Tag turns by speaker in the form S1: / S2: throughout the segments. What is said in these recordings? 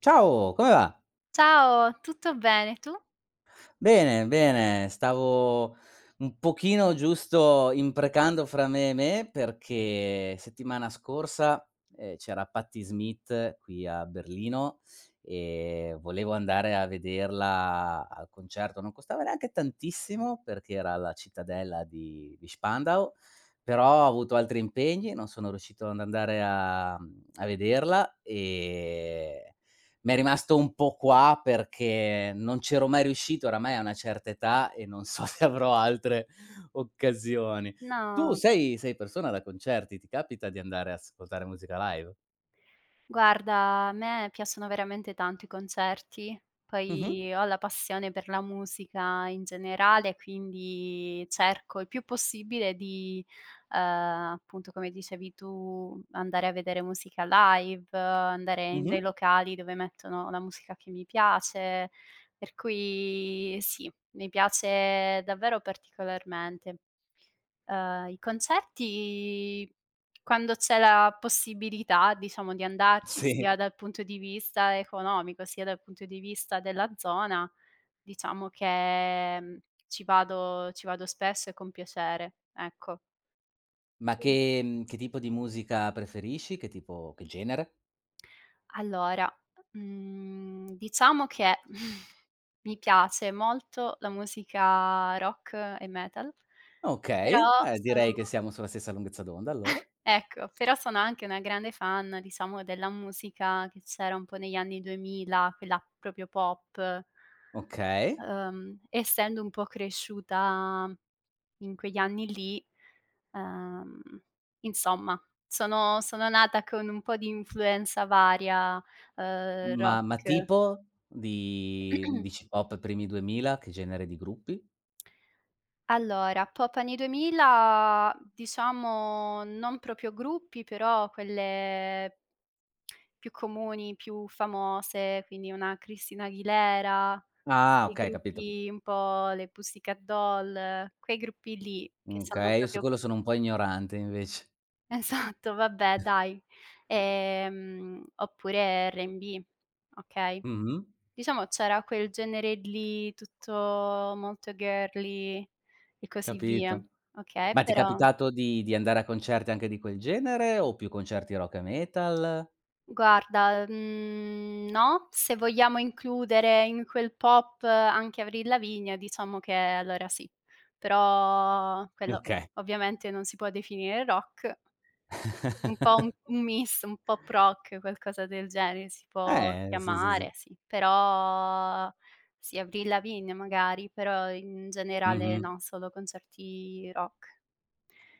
S1: Ciao, come va?
S2: Ciao, tutto bene, tu?
S1: Bene, bene, stavo un pochino giusto imprecando fra me e me perché settimana scorsa, c'era Patti Smith qui a Berlino e volevo andare a vederla al concerto. Non costava neanche tantissimo perché era alla Cittadella di Spandau, però ho avuto altri impegni, non sono riuscito ad andare a a vederla. M'è rimasto un po' qua perché non c'ero mai riuscito, oramai a una certa età e non so se avrò altre occasioni. Tu
S2: No,
S1: sei persona da concerti, ti capita di andare a ascoltare musica live?
S2: guarda, a me piacciono veramente tanto i concerti,
S1: Mh-mh.
S2: poi ho la passione per la musica in generale, quindi cerco il più possibile di, ehm, appunto come dicevi tu, andare a vedere musica live, andare in dei
S1: Mh-mh.
S2: locali dove mettono la musica che mi piace, per cui sì, mi piace davvero particolarmente. I concerti Quando c'è la possibilità, diciamo, di andarci sia
S1: Sì.
S2: dal punto di vista economico, sia dal punto di vista della zona, diciamo che, ci vado spesso e con piacere, ecco.
S1: Ma
S2: Tu?
S1: che tipo di musica preferisci? Che tipo, che genere?
S2: Allora, diciamo che mi piace molto la musica rock e metal, però
S1: Okay,
S2: sono
S1: direi che siamo sulla stessa lunghezza d'onda allora.
S2: ecco, però sono anche una grande fan, diciamo, della musica che c'era un po' negli anni 2000, quella proprio pop.
S1: Okay.
S2: Essendo un po' cresciuta in quegli anni lì, uhm, insomma, sono nata con un po' di influenza varia,
S1: Ma
S2: rock.
S1: tipo, di dici pop primi 2000, che genere di gruppi?
S2: Allora, pop anni 2000, diciamo non proprio gruppi, però quelle più comuni, più famose, quindi una Christina Aguilera,
S1: Ah,
S2: dei
S1: okay, capito.
S2: gruppi un po' le Pussycat Doll, quei gruppi lì che sono
S1: Okay, io su
S2: proprio
S1: quello sono un po' ignorante invece.
S2: esatto, vabbè dai. Oppure R&B, okay.
S1: Mh-mh,
S2: Diciamo c'era quel genere lì tutto molto girly e così via,
S1: capito.
S2: okay,
S1: Ma ti è
S2: però
S1: capitato di andare a concerti anche di quel genere o più concerti rock e metal?
S2: guarda, no, se vogliamo includere in quel pop anche Avril Lavigne, diciamo che allora sì. Però quello
S1: Okay.
S2: ovviamente non si può definire rock, un po' un mix, un pop rock, qualcosa del genere si può
S1: Sì, sì,
S2: chiamare,
S1: sì.
S2: sì. Però sì, Avril Lavigne magari, però in generale
S1: Mh-mh.
S2: no, solo concerti rock.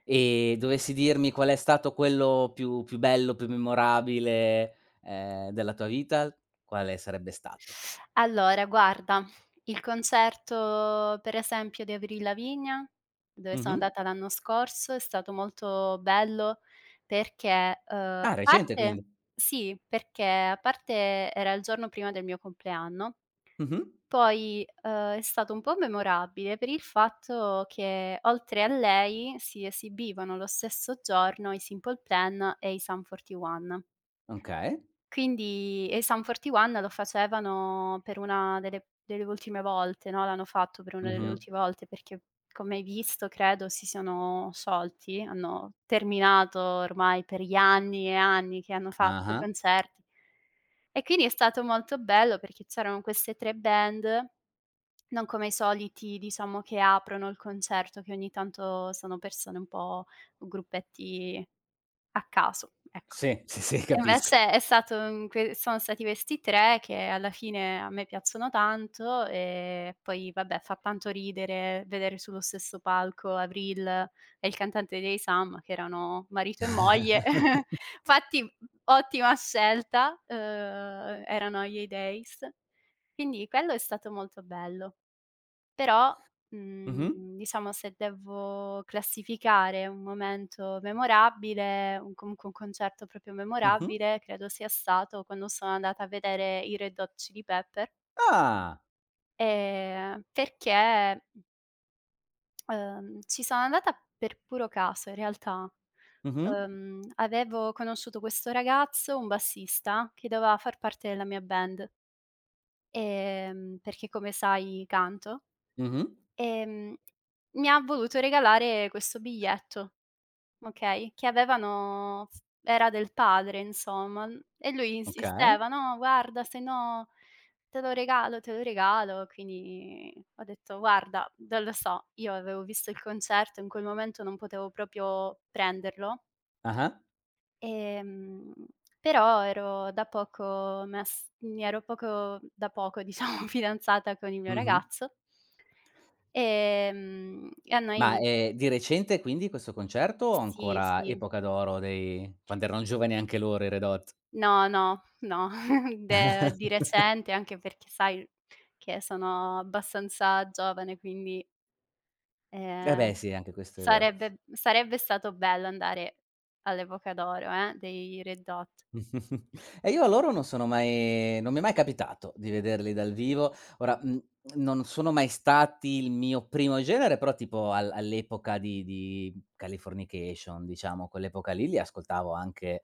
S1: E dovessi dirmi qual è stato quello più bello, più memorabile, della tua vita, quale sarebbe stato?
S2: Allora guarda, il concerto per esempio di Avril Lavigne, dove sono
S1: Mh-mh.
S2: mh-mh, andata l'anno scorso, è stato molto bello perché, a
S1: Ah, recente
S2: parte
S1: quindi.
S2: sì, perché a parte era il giorno prima del mio compleanno,
S1: Mh-mh.
S2: poi, è stato un po' memorabile per il fatto che oltre a lei si esibivano lo stesso giorno i Simple Plan e i Sum 41.
S1: Okay.
S2: Quindi e i Sum 41 lo facevano per una delle ultime volte, no, l'hanno fatto per una delle mh,
S1: Mh-mh.
S2: ultime volte perché, come hai visto credo, si sono sciolti, hanno terminato ormai per gli anni e anni che hanno fatto
S1: Ah-ah.
S2: concerti. E quindi è stato molto bello perché c'erano queste 3 band, non come i soliti diciamo che aprono il concerto, che ogni tanto sono persone un po', gruppetti a caso, ecco.
S1: Sì, sì, sì,
S2: E
S1: capisco.
S2: invece è stato un que sono stati questi 3 che alla fine a me piacciono tanto e poi vabbè fa tanto ridere vedere sullo stesso palco Avril e il cantante dei Sam che erano marito e moglie. Fatti ottima scelta, erano a Holidays. Quindi quello è stato molto bello. Però,
S1: Mh-mh.
S2: diciamo se devo classificare un momento memorabile, un comunque un concerto proprio
S1: Mh-mh.
S2: memorabile, credo sia stato quando sono andata a vedere i Red Hot Chili Pepper,
S1: Ah.
S2: perché, ci sono andata per puro caso in realtà.
S1: Mh-mh.
S2: Avevo conosciuto questo ragazzo, un bassista, che doveva far parte della mia band, perché come sai canto.
S1: Mh-mh.
S2: Ehm, Mi ha voluto regalare questo biglietto, okay, che avevano f era del padre insomma, e lui
S1: Okay.
S2: insisteva: "No guarda se no te lo regalo, te lo regalo". Quindi ho detto: "Guarda, non lo so, io avevo visto il concerto, in quel momento non potevo proprio prenderlo,
S1: Ah-ah.
S2: ehm, però ero da poco mess mi ero poco da poco diciamo fidanzata con il mio
S1: Mh-mh.
S2: ragazzo". E a
S1: Ma,
S2: noi
S1: di recente quindi questo concerto o
S2: sì,
S1: ancora
S2: sì.
S1: epoca d'oro dei, quando erano giovani anche loro, i Red Hot?
S2: No, no, no, de di recente, anche perché sai che sono abbastanza giovane, quindi,
S1: Eh
S2: ehm,
S1: beh sì, anche questo è vero.
S2: sarebbe stato bello andare all'epoca d'oro, dei Red Hot.
S1: E io a loro non mi è mai capitato di vederli dal vivo. Ora, non sono mai stati il mio primo genere, però tipo al all'epoca di Californication, diciamo, quell'epoca lì, li ascoltavo anche,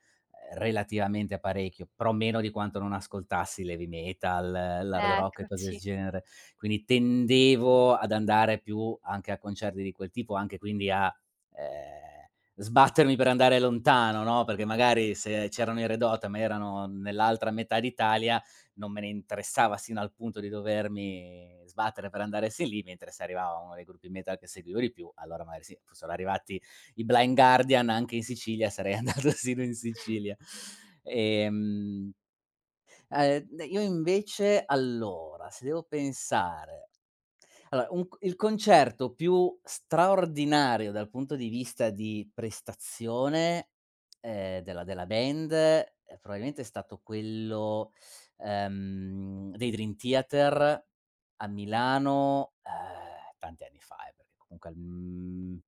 S1: relativamente parecchio, però meno di quanto non ascoltassi l'heavy metal, l'hard rock e cose del
S2: Eccoci,
S1: genere. Quindi tendevo ad andare più anche a concerti di quel tipo, anche quindi a, ehm sbattermi per andare lontano, no, perché magari se c'erano in Redota, ma erano nell'altra metà d'Italia, non me ne interessava sino al punto di dovermi sbattere per andare sin lì, mentre se arrivava uno dei gruppi metal che seguivo di più, allora magari sì, fossero arrivati i Blind Guardian anche in Sicilia, sarei andato sino in Sicilia. Ehm, ehm, io invece allora, se devo pensare allora, un c il concerto più straordinario dal punto di vista di prestazione, della della band, probabilmente è stato quello, dei Dream Theater a Milano, tanti anni fa, perché comunque, mhmm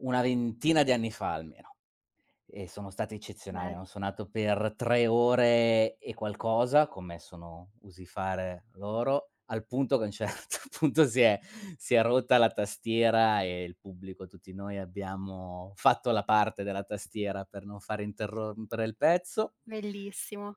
S1: una 20ina di anni fa almeno. E sono stati eccezionali,
S2: bel
S1: hanno suonato per 3 ore e qualcosa, come sono usi fare loro, al punto che a un certo punto si è rotta la tastiera e il pubblico, tutti noi, abbiamo fatto la parte della tastiera per non far interrompere il pezzo.
S2: bellissimo.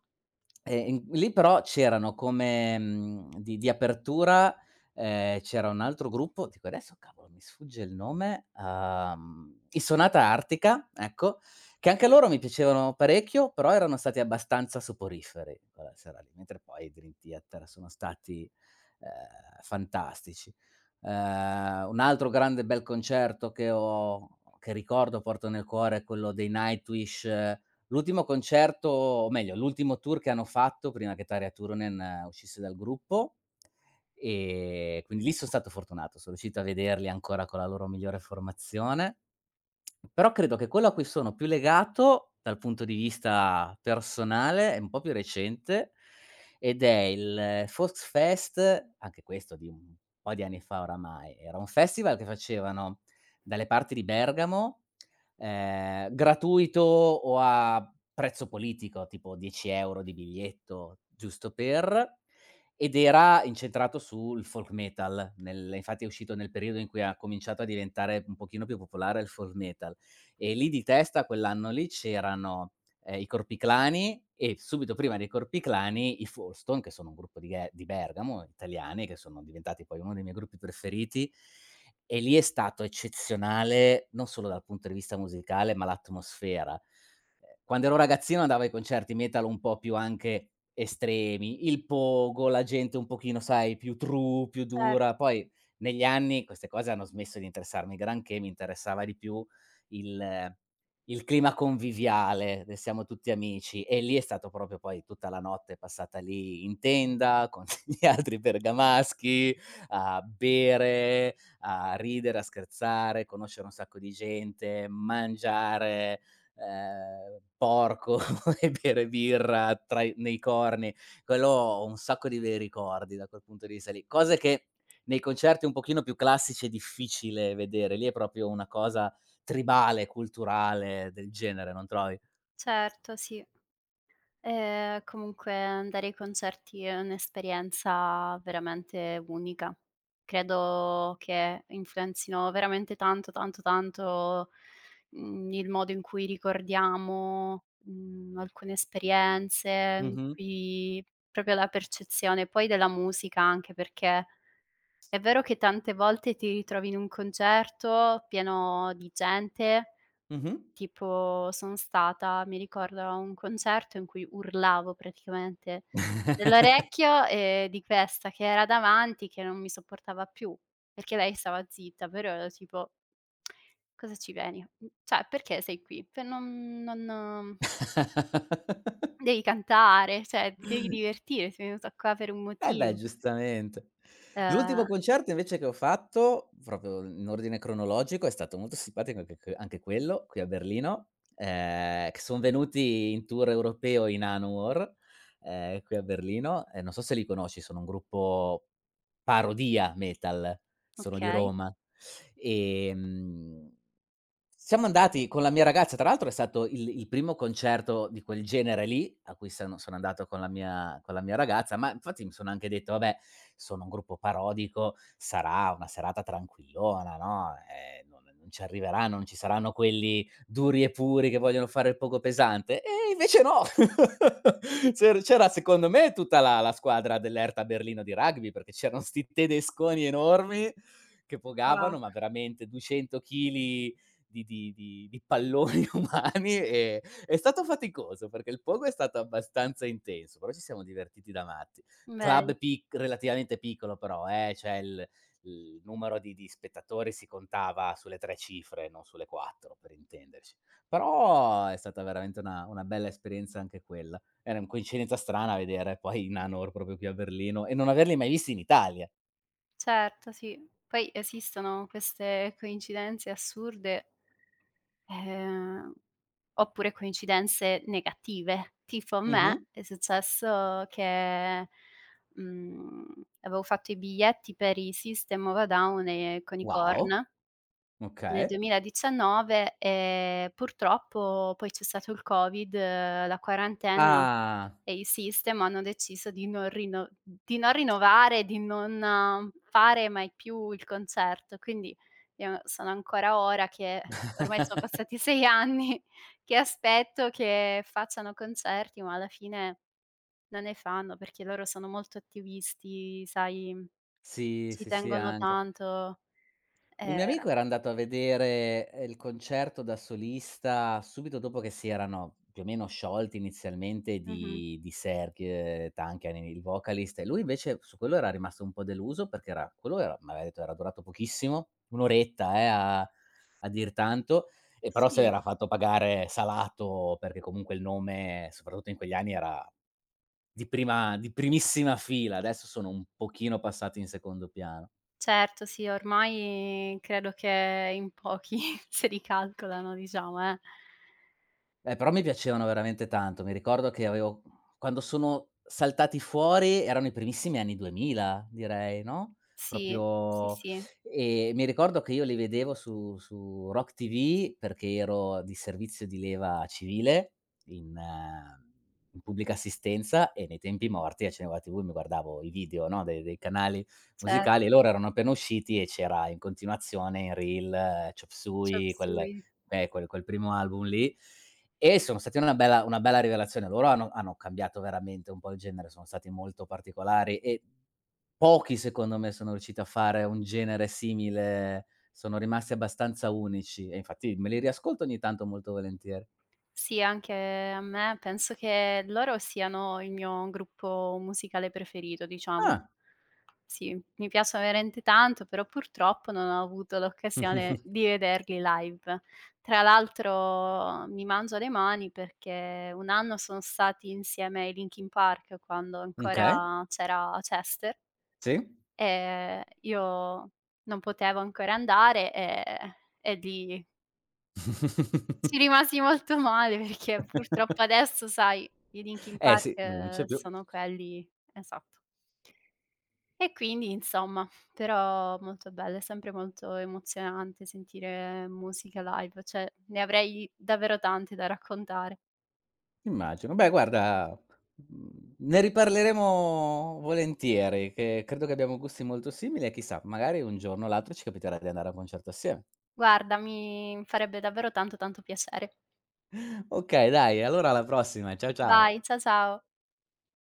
S1: E in lì però c'erano come, di apertura, c'era un altro gruppo, dico adesso, cavolo, mi sfugge il nome, i Sonata Artica, ecco, che anche loro mi piacevano parecchio, però erano stati abbastanza soporiferi quella sera lì, mentre poi i Dream Theater sono stati, fantastici. Un altro grande bel concerto che ho che ricordo, porto nel cuore, è quello dei Nightwish. L'ultimo concerto o meglio, l'ultimo tour che hanno fatto prima che Tarja Turunen, uscisse dal gruppo, quindi lì son stato fortunato, sono riuscito a vederli ancora con la loro migliore formazione. Però credo che quello a cui sono più legato, dal punto di vista personale, è un po' più recente, ed è il Volksfest, anche questo di un po' di anni fa oramai. Era un festival che facevano dalle parti di Bergamo, gratuito o a prezzo politico, tipo 10 € di biglietto, giusto per, ed era incentrato sul folk metal. Nel, infatti, è uscito nel periodo in cui ha cominciato a diventare un pochino più popolare il folk metal. E lì di testa quell'anno lì c'erano, i Corpiclani e subito prima dei Corpiclani i Folston, che sono un gruppo di Ghe, di Bergamo, italiani, che sono diventati poi uno dei miei gruppi preferiti. E lì è stato eccezionale, non solo dal punto di vista musicale, ma l'atmosfera. Quando ero ragazzino andavo ai concerti metal un po' più anche estremi, il pogo, la gente un pochino, sai, più true, più
S2: Cer
S1: dura. Poi negli anni queste cose hanno smesso di interessarmi granché, mi interessava di più il il clima conviviale del siamo tutti amici, e lì è stato proprio poi tutta la notte passata lì in tenda con gli altri bergamaschi a bere, a ridere, a scherzare, conoscere un sacco di gente, mangiare, porco, e bere birra tra i nei corni. Quello, ho un sacco di bei ricordi da quel punto di vista lì. Cose che nei concerti un pochino più classici è difficile vedere, lì è proprio una cosa tribale, culturale del genere, non trovi?
S2: certo, sì. Comunque andare ai concerti è un'esperienza veramente unica. Credo che influenzino veramente tanto, tanto, tanto, il modo in cui ricordiamo, alcune esperienze, in
S1: Mh-mh.
S2: cui proprio la percezione poi della musica anche, perché è vero che tante volte ti ritrovi in un concerto pieno di gente.
S1: Mh-mh.
S2: Tipo son stata, mi ricordo, a un concerto in cui urlavo praticamente dell'orecchio e di questa che era davanti che non mi sopportava più, perché lei stava zitta, però ero tipo: "Cosa ci vieni? Mhmm, cioè perché sei qui? Per non devi cantare, cioè ti devi divertire, sei venuta qua per un
S1: Eh beh,
S2: motivo".
S1: giustamente. L'ultimo
S2: Ehm,
S1: concerto invece che ho fatto, proprio in ordine cronologico, è stato molto simpatico anche q anche quello, qui a Berlino, che son venuti in tour europeo i Manowar, qui a Berlino, e non so se li conosci, sono un gruppo parodia metal, sono di
S2: okay.
S1: Roma. Ehm, siamo andati con la mia ragazza, tra l'altro è stato il primo concerto di quel genere lì, a cui sono andato con la mia, con la mia ragazza, ma infatti mi sono anche detto: "Vabbè, sono un gruppo parodico, sarà una serata tranquillona, no, non ci arriveranno, non ci saranno quelli duri e puri che vogliono fare il poco pesante." E invece no! C'era secondo me tutta la squadra dell'Hertha Berlino di rugby, perché c'erano 'sti tedesconi enormi che
S2: Wow,
S1: pogavano, ma veramente 200 chili di palloni umani, e è stato faticoso, perché il pogo è stato abbastanza intenso, però ci siamo divertiti da matti.
S2: vedi,
S1: Club pic relativamente piccolo però, cioè il numero di spettatori si contava sulle 3 cifre, non sulle 4 per intenderci. Però è stata veramente una bella esperienza anche quella. Era un coincidenza strana vedere poi i Nanor proprio qui a Berlino e non averli mai visti in Italia.
S2: certo, sì. Poi esistono queste coincidenze assurde, ehm. Oppure coincidenze negative. Tipo a
S1: Mh-mh.
S2: me è successo che, mhmm, avevo fatto i biglietti per i System of a Down e con i
S1: Wow.
S2: Korn nel
S1: Okay.
S2: 2019 e purtroppo poi c'è stato il Covid, la quarantena
S1: Ah,
S2: e i System hanno deciso di non rino di non rinnovare, di non fare mai più il concerto. Quindi io sono ancora ora che ormai sono passati 6 anni che aspetto che facciano concerti, ma alla fine non ne fanno, perché loro sono molto attivisti, sai,
S1: sì,
S2: ci
S1: sì, sì,
S2: tengono
S1: anche.
S2: tanto.
S1: Un
S2: Ehm,
S1: mio amico era andato a vedere, il concerto da solista subito dopo che si erano più o meno sciolti inizialmente
S2: mh-mh.
S1: di Serj, Tankian, il vocalist, e lui invece su quello era rimasto un po' deluso perché era, quello era, m'aveva detto, era durato pochissimo, 1 oretta, a a dir tanto, e però se
S2: Sì,
S1: l'era fatto pagare salato perché comunque il nome, soprattutto in quegli anni, era di prima, di primissima fila, adesso sono un pochino passati in secondo piano.
S2: certo, sì, ormai credo che in pochi se li calcolano, diciamo, eh.
S1: Però mi piacevano veramente tanto. Mi ricordo che avevo quando sono saltati fuori erano i primissimi anni 2000, direi, no,
S2: Sì, sì,
S1: proprio,
S2: sì,
S1: mi ricordo che io li vedevo su Rock TV perché ero di servizio di leva civile in, in pubblica assistenza, e nei tempi morti a Cinema TV mi guardavo i video, no, de dei canali
S2: certo,
S1: musicali, e loro erano appena usciti e c'era in continuazione in reel, Chop
S2: Chop
S1: Suey, quel
S2: Suey.
S1: eh, quel quel primo album lì. E sono stati una bella, una bella rivelazione. Loro hanno cambiato veramente un po' il genere, sono stati molto particolari, e pochi secondo me sono riusciti a fare un genere simile, sono rimasti abbastanza unici, e infatti me li riascolto ogni tanto molto volentieri.
S2: Sì, anche a me, penso che loro siano il mio gruppo musicale preferito, diciamo.
S1: Ah,
S2: Sì, mi piacciono veramente tanto, però purtroppo non ho avuto l'occasione di vederli live. Tra l'altro mi mangio le mani perché un anno sono stati insieme ai Linkin Park quando
S1: okay,
S2: ancora c'era Chester
S1: sì.
S2: e io non potevo ancora andare e lì ci rimasi molto male perché purtroppo adesso, sai, i Linkin
S1: Eh
S2: Park
S1: sì, non c'è più.
S2: sono quelli esatto. E quindi insomma, però molto bello, è sempre molto emozionante sentire musica live, cioè ne avrei davvero tante da raccontare.
S1: Immagino. Beh guarda, ne riparleremo volentieri, che credo che abbiamo gusti molto simili e chissà, magari un giorno o l'altro ci capiterà di andare a un concerto assieme.
S2: Guarda, mi farebbe davvero tanto, tanto piacere.
S1: Okay dai, allora alla prossima. Ciao, ciao.
S2: Vai, cia ciao.